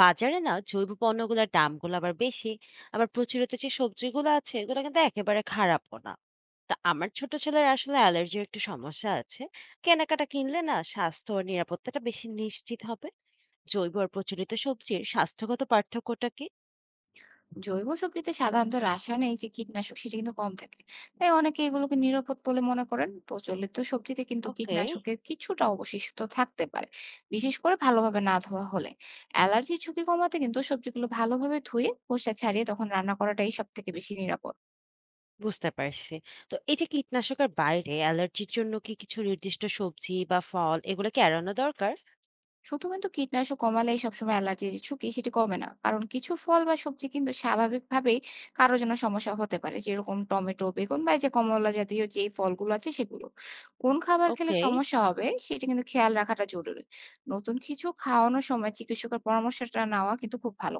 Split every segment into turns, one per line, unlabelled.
বাজারে না জৈব পণ্যগুলোর দামগুলো আবার বেশি। আবার প্রচলিত যে সবজিগুলো আছে এগুলো কিন্তু একেবারে খারাপও না। তা আমার ছোট ছেলের আসলে অ্যালার্জির একটু সমস্যা আছে। কেনাকাটা কিনলে না স্বাস্থ্য আর নিরাপত্তাটা বেশি নিশ্চিত হবে। জৈব আর প্রচলিত সবজির স্বাস্থ্যগত পার্থক্যটা কি?
জৈব সবজিতে সাধারণত রাসায়নিক এই যে কীটনাশক সেটা কিন্তু কম থাকে। তাই অনেকে এগুলোকে নিরাপদ বলে মনে করেন। প্রচলিত সবজিতে কিন্তু
ওকে।
কীটনাশকের কিছুটা অবশিষ্ট থাকতে পারে, বিশেষ করে ভালোভাবে না ধোয়া হলে। অ্যালার্জির ঝুঁকি কমাতে কিন্তু সবজিগুলো ভালোভাবে ধুয়ে খোসা ছাড়িয়ে তখন রান্না করাটাই সব থেকে বেশি নিরাপদ।
বুঝতে পারছি। তো এই যে কীটনাশকের বাইরে অ্যালার্জির জন্য কি কিছু নির্দিষ্ট সবজি বা ফল এগুলো কি এড়ানো দরকার?
শুধু কিন্তু কীটনাশক কমালেই সবসময় অ্যালার্জির যে ঝুঁকি সেটি কমে না, কারণ কিছু ফল বা সবজি কিন্তু স্বাভাবিকভাবেই কারো জন্য সমস্যা হতে পারে, যেরকম টমেটো, বেগুন বা এই যে কমলা জাতীয় যে ফলগুলো আছে সেগুলো। কোন খাবার খেলে
ওকে।
সমস্যা হবে সেটা কিন্তু খেয়াল রাখাটা জরুরি। নতুন কিছু খাওয়ানোর সময় চিকিৎসকের পরামর্শটা নেওয়া কিন্তু খুব ভালো।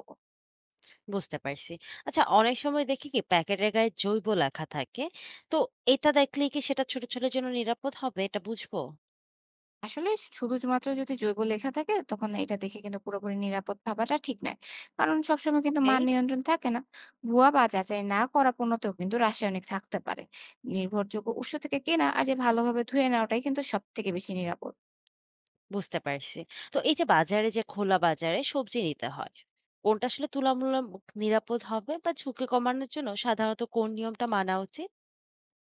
বুঝতে পারছি। আচ্ছা অনেক সময় দেখি কি প্যাকেটের গায়ে জৈব লেখা থাকে। তো এটা দেখলেই কি সেটা ছোটদের জন্য নিরাপদ হবে এটা বুঝবো?
আসলে শুধুমাত্র যদি জৈব লেখা থাকে তখন এটা দেখে কিন্তু পুরোপুরি নিরাপদ ভাবাটা ঠিক নয়, কারণ সবসময় কিন্তু
ওকে।
মান নিয়ন্ত্রণ থাকে না। ভুয়া বা যাচাই না করা পণ্যতেও কিন্তু রাসায়নিক থাকতে পারে। নির্ভরযোগ্য উৎস থেকে কেনা আর যে ভালোভাবে ধুয়ে নেওয়াটাই কিন্তু সব থেকে বেশি নিরাপদ।
বুঝতে পারছি। তো এই যে বাজারে যে খোলা বাজারে সবজি নিতে হয়, কোনটা আসলে তুলামূলক নিরাপদ হবে বা ঝুঁকি কমানোর জন্য সাধারণত কোন নিয়মটা মানা উচিত?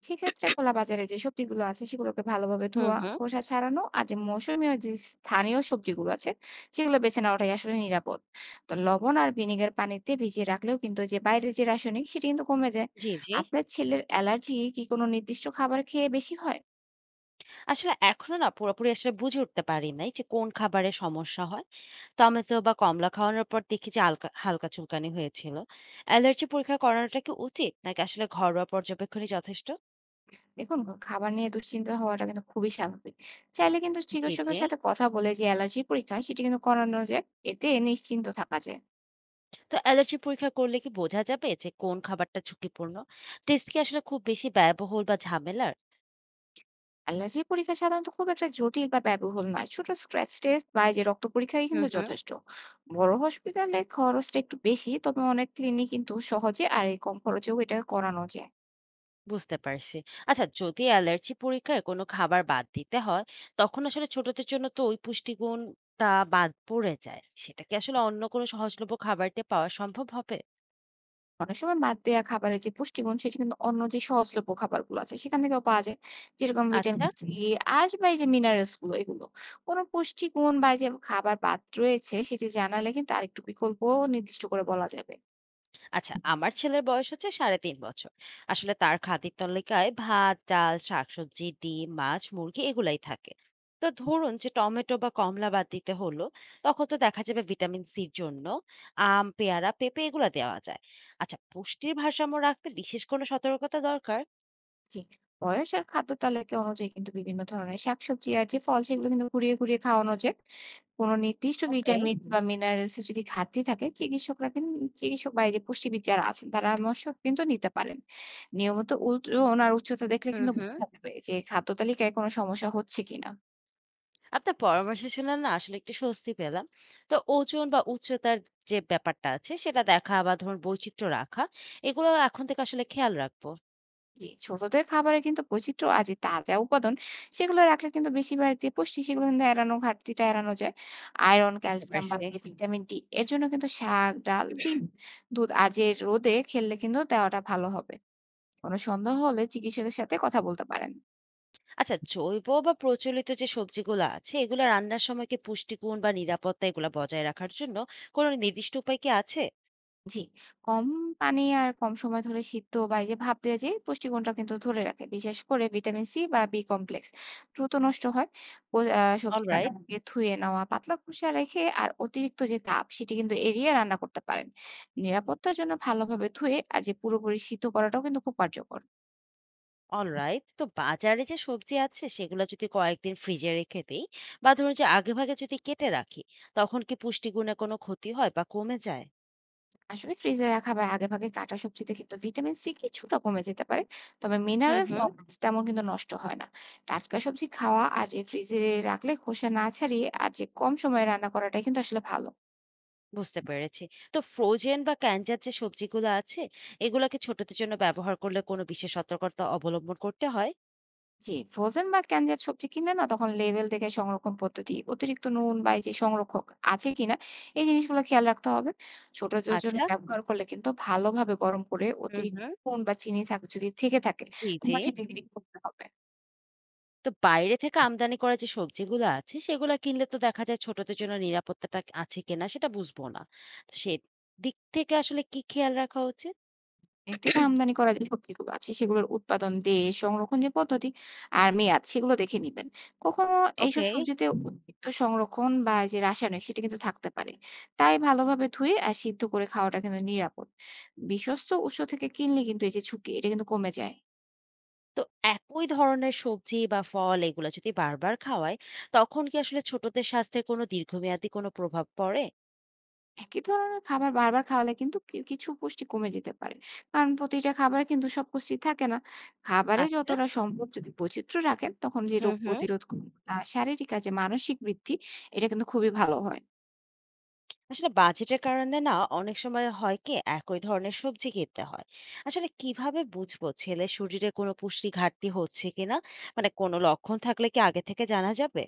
সেক্ষেত্রে খোলা বাজারে যে সবজিগুলো আছে সেগুলোকে ভালোভাবে
হুম,
ধোয়া,
হুম।
খোসা ছাড়ানো আর যে মৌসুমী আর যে স্থানীয় সবজিগুলো আছে সেগুলো বেছে নেওয়াটাই আসলে নিরাপদ। তো লবণ আর ভিনিগার পানিতে ভিজিয়ে রাখলেও কিন্তু যে বাইরের যে রাসায়নিক সেটা কিন্তু কমে যায়।
জি, জি।
আপনার ছেলের অ্যালার্জি কি কোনো নির্দিষ্ট খাবার খেয়ে বেশি হয়?
আসলে এখনো না পুরোপুরি আসলে বুঝে উঠতে পারি নাই যে কোন খাবারে সমস্যা হয়। টমেটো বা কমলা খাওয়ানোর পর দেখি যে হালকা হালকা চুলকানি হয়েছিল। অ্যালার্জি পরীক্ষা করানোটা কি উচিত নাকি আসলে ঘরোয়া পর্যবেক্ষণই যথেষ্ট?
দেখুন, খাবার নিয়ে দুশ্চিন্তা হওয়াটা কিন্তু খুবই স্বাভাবিক। চাইলে কিন্তু
জি জি।
চিকিৎসকের সাথে কথা বলে যে অ্যালার্জি পরীক্ষা সেটি কিন্তু করানো যায়। এতে নিশ্চিন্ত থাকা যায়।
তো অ্যালার্জি পরীক্ষা করলে কি বোঝা যাবে যে কোন খাবারটা ঝুঁকিপূর্ণ? টেস্ট কি আসলে খুব বেশি ব্যয়বহুল বা ঝামেলার?
অ্যালার্জি পরীক্ষা সাধারণত খুব একটা জটিল বা ব্যয়বহুল নয়। ছোট স্ক্র্যাচ টেস্ট বা এই যে রক্ত পরীক্ষাই কিন্তু
হুম হুম।
যথেষ্ট। বড় হসপিটালে খরচটা একটু বেশি, তবে অনেক ক্লিনিক কিন্তু সহজে আর এই কম খরচেও এটা করানো যায়।
বুঝতে পারছি। আচ্ছা যদি অ্যালার্জি পরীক্ষায় কোনো খাবার বাদ দিতে হয়, তখন আসলে ছোটদের জন্য তো ওই পুষ্টিগুণটা বাদ পড়ে যায়, সেটা কি আসলে অন্য কোনো সহজলভ্য খাবারটা পাওয়া সম্ভব হবে?
অনেক সময় বাদ দেওয়া খাবারের যে পুষ্টিগুণ সেটা কিন্তু অন্য যে সহজলভ্য খাবারগুলো আছে সেখান থেকেও পাওয়া যায়, যেরকম
আচ্ছা।
ভিটামিন সি, আঁশ বা এই যে মিনারেলস গুলো এগুলো। কোনো পুষ্টিগুণ বা এই যে খাবার বাদ রয়েছে সেটি জানালে কিন্তু আরেকটু বিকল্প নির্দিষ্ট করে বলা যাবে।
আচ্ছা আমার ছেলের বয়স হচ্ছে সাড়ে তিন বছর। আসলে তার খাদ্যের তালিকায় ভাত ডাল শাকসবজি ডিম মাছ মুরগি এগুলাই থাকে। তো ধরুন যে টমেটো বা কমলা বাদ দিতে হলো, তখন তো দেখা যাবে ভিটামিন সির জন্য আম পেয়ারা পেঁপে এগুলা দেওয়া যায়। আচ্ছা পুষ্টির ভারসাম্য রাখতে বিশেষ কোনো সতর্কতা দরকার?
জি। বয়স আর খাদ্য তালিকা অনুযায়ী কিন্তু বিভিন্ন ধরনের শাকসবজি আর যে ফল সেগুলো কিন্তু ঘুরিয়ে, ঘুরিয়ে খাওয়ানো যায়। কোনো নির্দিষ্ট
ওকে।
ভিটামিন বা মিনারেলস এর যদি ঘাটতি থাকে, চিকিৎসক বা এই যে পুষ্টিবিদ যারা আছেন তারা পরামর্শ কিন্তু নিতে পারেন। নিয়মিত ওজন আর উচ্চতা দেখলে
হুম
কিন্তু
হুম।
বোঝা যাবে যে খাদ্য তালিকায় কোনো সমস্যা হচ্ছে কিনা।
আপনার পরামর্শ শুনে না আসলে একটু স্বস্তি পেলাম। তো ওজন বা উচ্চতার যে ব্যাপারটা আছে সেটা দেখা বা ধরুন বৈচিত্র্য রাখা, এগুলো এখন থেকে আসলে খেয়াল রাখবো।
জি, ছোটদের খাবারে কিন্তু বৈচিত্র্য আর যে তাজা উপাদান সেগুলো রাখলে কিন্তু বেশিরভাগ যে পুষ্টি সেগুলো কিন্তু ঘাটতিটা এড়ানো যায়। আয়রন,
বুঝতে
ক্যালসিয়াম বা
পারছি।
যে ভিটামিন ডি এর জন্য কিন্তু শাক, ডাল, ডিম, দুধ আর যে রোদে খেললে কিন্তু দেওয়াটা ভালো হবে। কোনো সন্দেহ হলে চিকিৎসকের সাথে কথা বলতে পারেন।
আচ্ছা জৈব বা প্রচলিত যে সবজিগুলো আছে এগুলো রান্নার সময় কি পুষ্টিগুণ বা নিরাপত্তা এগুলো বজায় রাখার জন্য কোনো নির্দিষ্ট উপায় কি আছে?
জি, কম পানি আর কম সময় ধরে সিদ্ধ বা এই যে ভাপ দেওয়া যে পুষ্টিগুণটা কিন্তু ধরে রাখে। বিশেষ করে ভিটামিন সি বা বি কমপ্লেক্স দ্রুত নষ্ট হয়। ও আ সবজি কাটার
অলরাইট।
আগে ধুয়ে নেওয়া, পাতলা খোসা রেখে আর অতিরিক্ত যে তাপ সেটি কিন্তু এড়িয়ে রান্না করতে পারেন। নিরাপত্তার জন্য ভালোভাবে ধুয়ে আর যে পুরোপুরি সিদ্ধ করাটাও কিন্তু খুব কার্যকর।
অলরাইট। তো বাজারে যে সবজি আছে সেগুলো যদি কয়েকদিন ফ্রিজে রেখে দেই বা ধরুন যে আগেভাগে যদি কেটে রাখি, তখন কি পুষ্টিগুণে কোনো ক্ষতি হয় বা কমে যায়?
আসলে ফ্রিজে রাখা বা আগেভাগে কাটা সবজিতে কিন্তু ভিটামিন সি কিছুটা কমে যেতে পারে, তবে
হুম,
মিনারেলস
হুম।
তেমন কিন্তু নষ্ট হয় না। টাটকা সবজি খাওয়া আর যে ফ্রিজে রাখলে খোসা না ছাড়িয়ে আর যে কম সময়ে রান্না করাটাই কিন্তু আসলে ভালো।
বুঝতে পেরেছি। তো ফ্রোজেন বা ক্যানজাত যে সবজিগুলো আছে, এগুলাকে ছোটদের জন্য ব্যবহার করলে কোনো বিশেষ সতর্কতা অবলম্বন করতে হয়?
জি, ফ্রোজেন বা ক্যানজাত সবজি কিনলে না তখন লেভেল দেখে সংরক্ষণ পদ্ধতি, অতিরিক্ত নুন বা এই যে সংরক্ষক আছে কিনা, এই জিনিসগুলো খেয়াল রাখতে হবে। ছোটদের জন্য
আচ্ছা।
ব্যবহার করলে কিন্তু ভালোভাবে গরম করে,
হুম,
অতিরিক্ত
হুম।
নুন বা চিনি যদি থেকে থাকে
জি,
তখন
জি।
সেটি ডিটেক্ট করতে হবে।
তো বাইরে থেকে আমদানি করা যে সবজিগুলো আছে সেগুলো কিনলে তো দেখা যায় ছোটদের জন্য নিরাপত্তাটা আছে কিনা সেটা বুঝবো না। তো সে দিক থেকে আসলে কি খেয়াল রাখা উচিত?
দেশ থেকে আমদানি করা যে সবজিগুলো আছে সেগুলোর উৎপাদন, দেশ, সংরক্ষণ যে পদ্ধতি আর মেয়াদ সেগুলো দেখে নিবেন। কখনো এইসব
ওকে।
সবজিতে অতিরিক্ত সংরক্ষণ বা এই যে রাসায়নিক সেটা কিন্তু থাকতে পারে। তাই ভালোভাবে ধুয়ে আর সিদ্ধ করে খাওয়াটা কিন্তু নিরাপদ। বিশ্বস্ত উৎস থেকে কিনলে কিন্তু এই যে ঝুঁকি এটা কিন্তু কমে যায়।
তো একই ধরনের সবজি বা ফল এগুলো যদি বারবার খাওয়ায়, তখন কি আসলে ছোটদের স্বাস্থ্যে কোনো দীর্ঘমেয়াদী কোনো প্রভাব পড়ে?
একই ধরনের খাবার বারবার খাওয়ালে কিন্তু কিছু পুষ্টি কমে যেতে পারে। কারণ প্রতিটা খাবারে কিন্তু সব পুষ্টি থাকে না। খাবারে
আচ্ছা।
যতটা সম্ভব যদি বৈচিত্র্য রাখেন, তখন যে রোগ
হুম হুম।
প্রতিরোধ ক্ষমতা, শারীরিক আর যে মানসিক বৃদ্ধি, এটা কিন্তু খুবই ভালো হয়।
আসলে বাজেটের কারণে না অনেক সময় হয় কি একই ধরনের সবজি কিনতে হয়। আসলে কিভাবে বুঝবো ছেলে শরীরে কোনো পুষ্টি ঘাটতি হচ্ছে কিনা, মানে কোনো লক্ষণ থাকলে কি আগে থেকে জানা যাবে?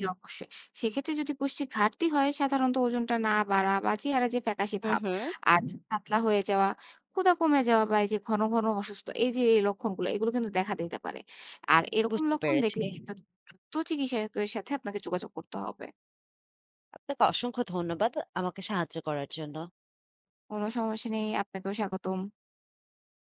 জি, অবশ্যই। সেক্ষেত্রে যদি পুষ্টির ঘাটতি হয়, সাধারণত ওজনটা না বাড়া বা চেহারা যে ফ্যাকাশে
হুম
ভাব
হুম।
আর পাতলা হয়ে যাওয়া, ক্ষুধা কমে যাওয়া বা এই যে ঘন, ঘন অসুস্থ, এই যে এই লক্ষণগুলো, এগুলো কিন্তু দেখা দিতে পারে। আর এরকম
বুঝতে
লক্ষণ
পেরেছি।
দেখলে কিন্তু দ্রুত চিকিৎসকের সাথে আপনাকে যোগাযোগ করতে হবে।
আপনাকে অসংখ্য ধন্যবাদ আমাকে সাহায্য করার জন্য।
কোনো সমস্যা নেই। আপনাকেও স্বাগতম।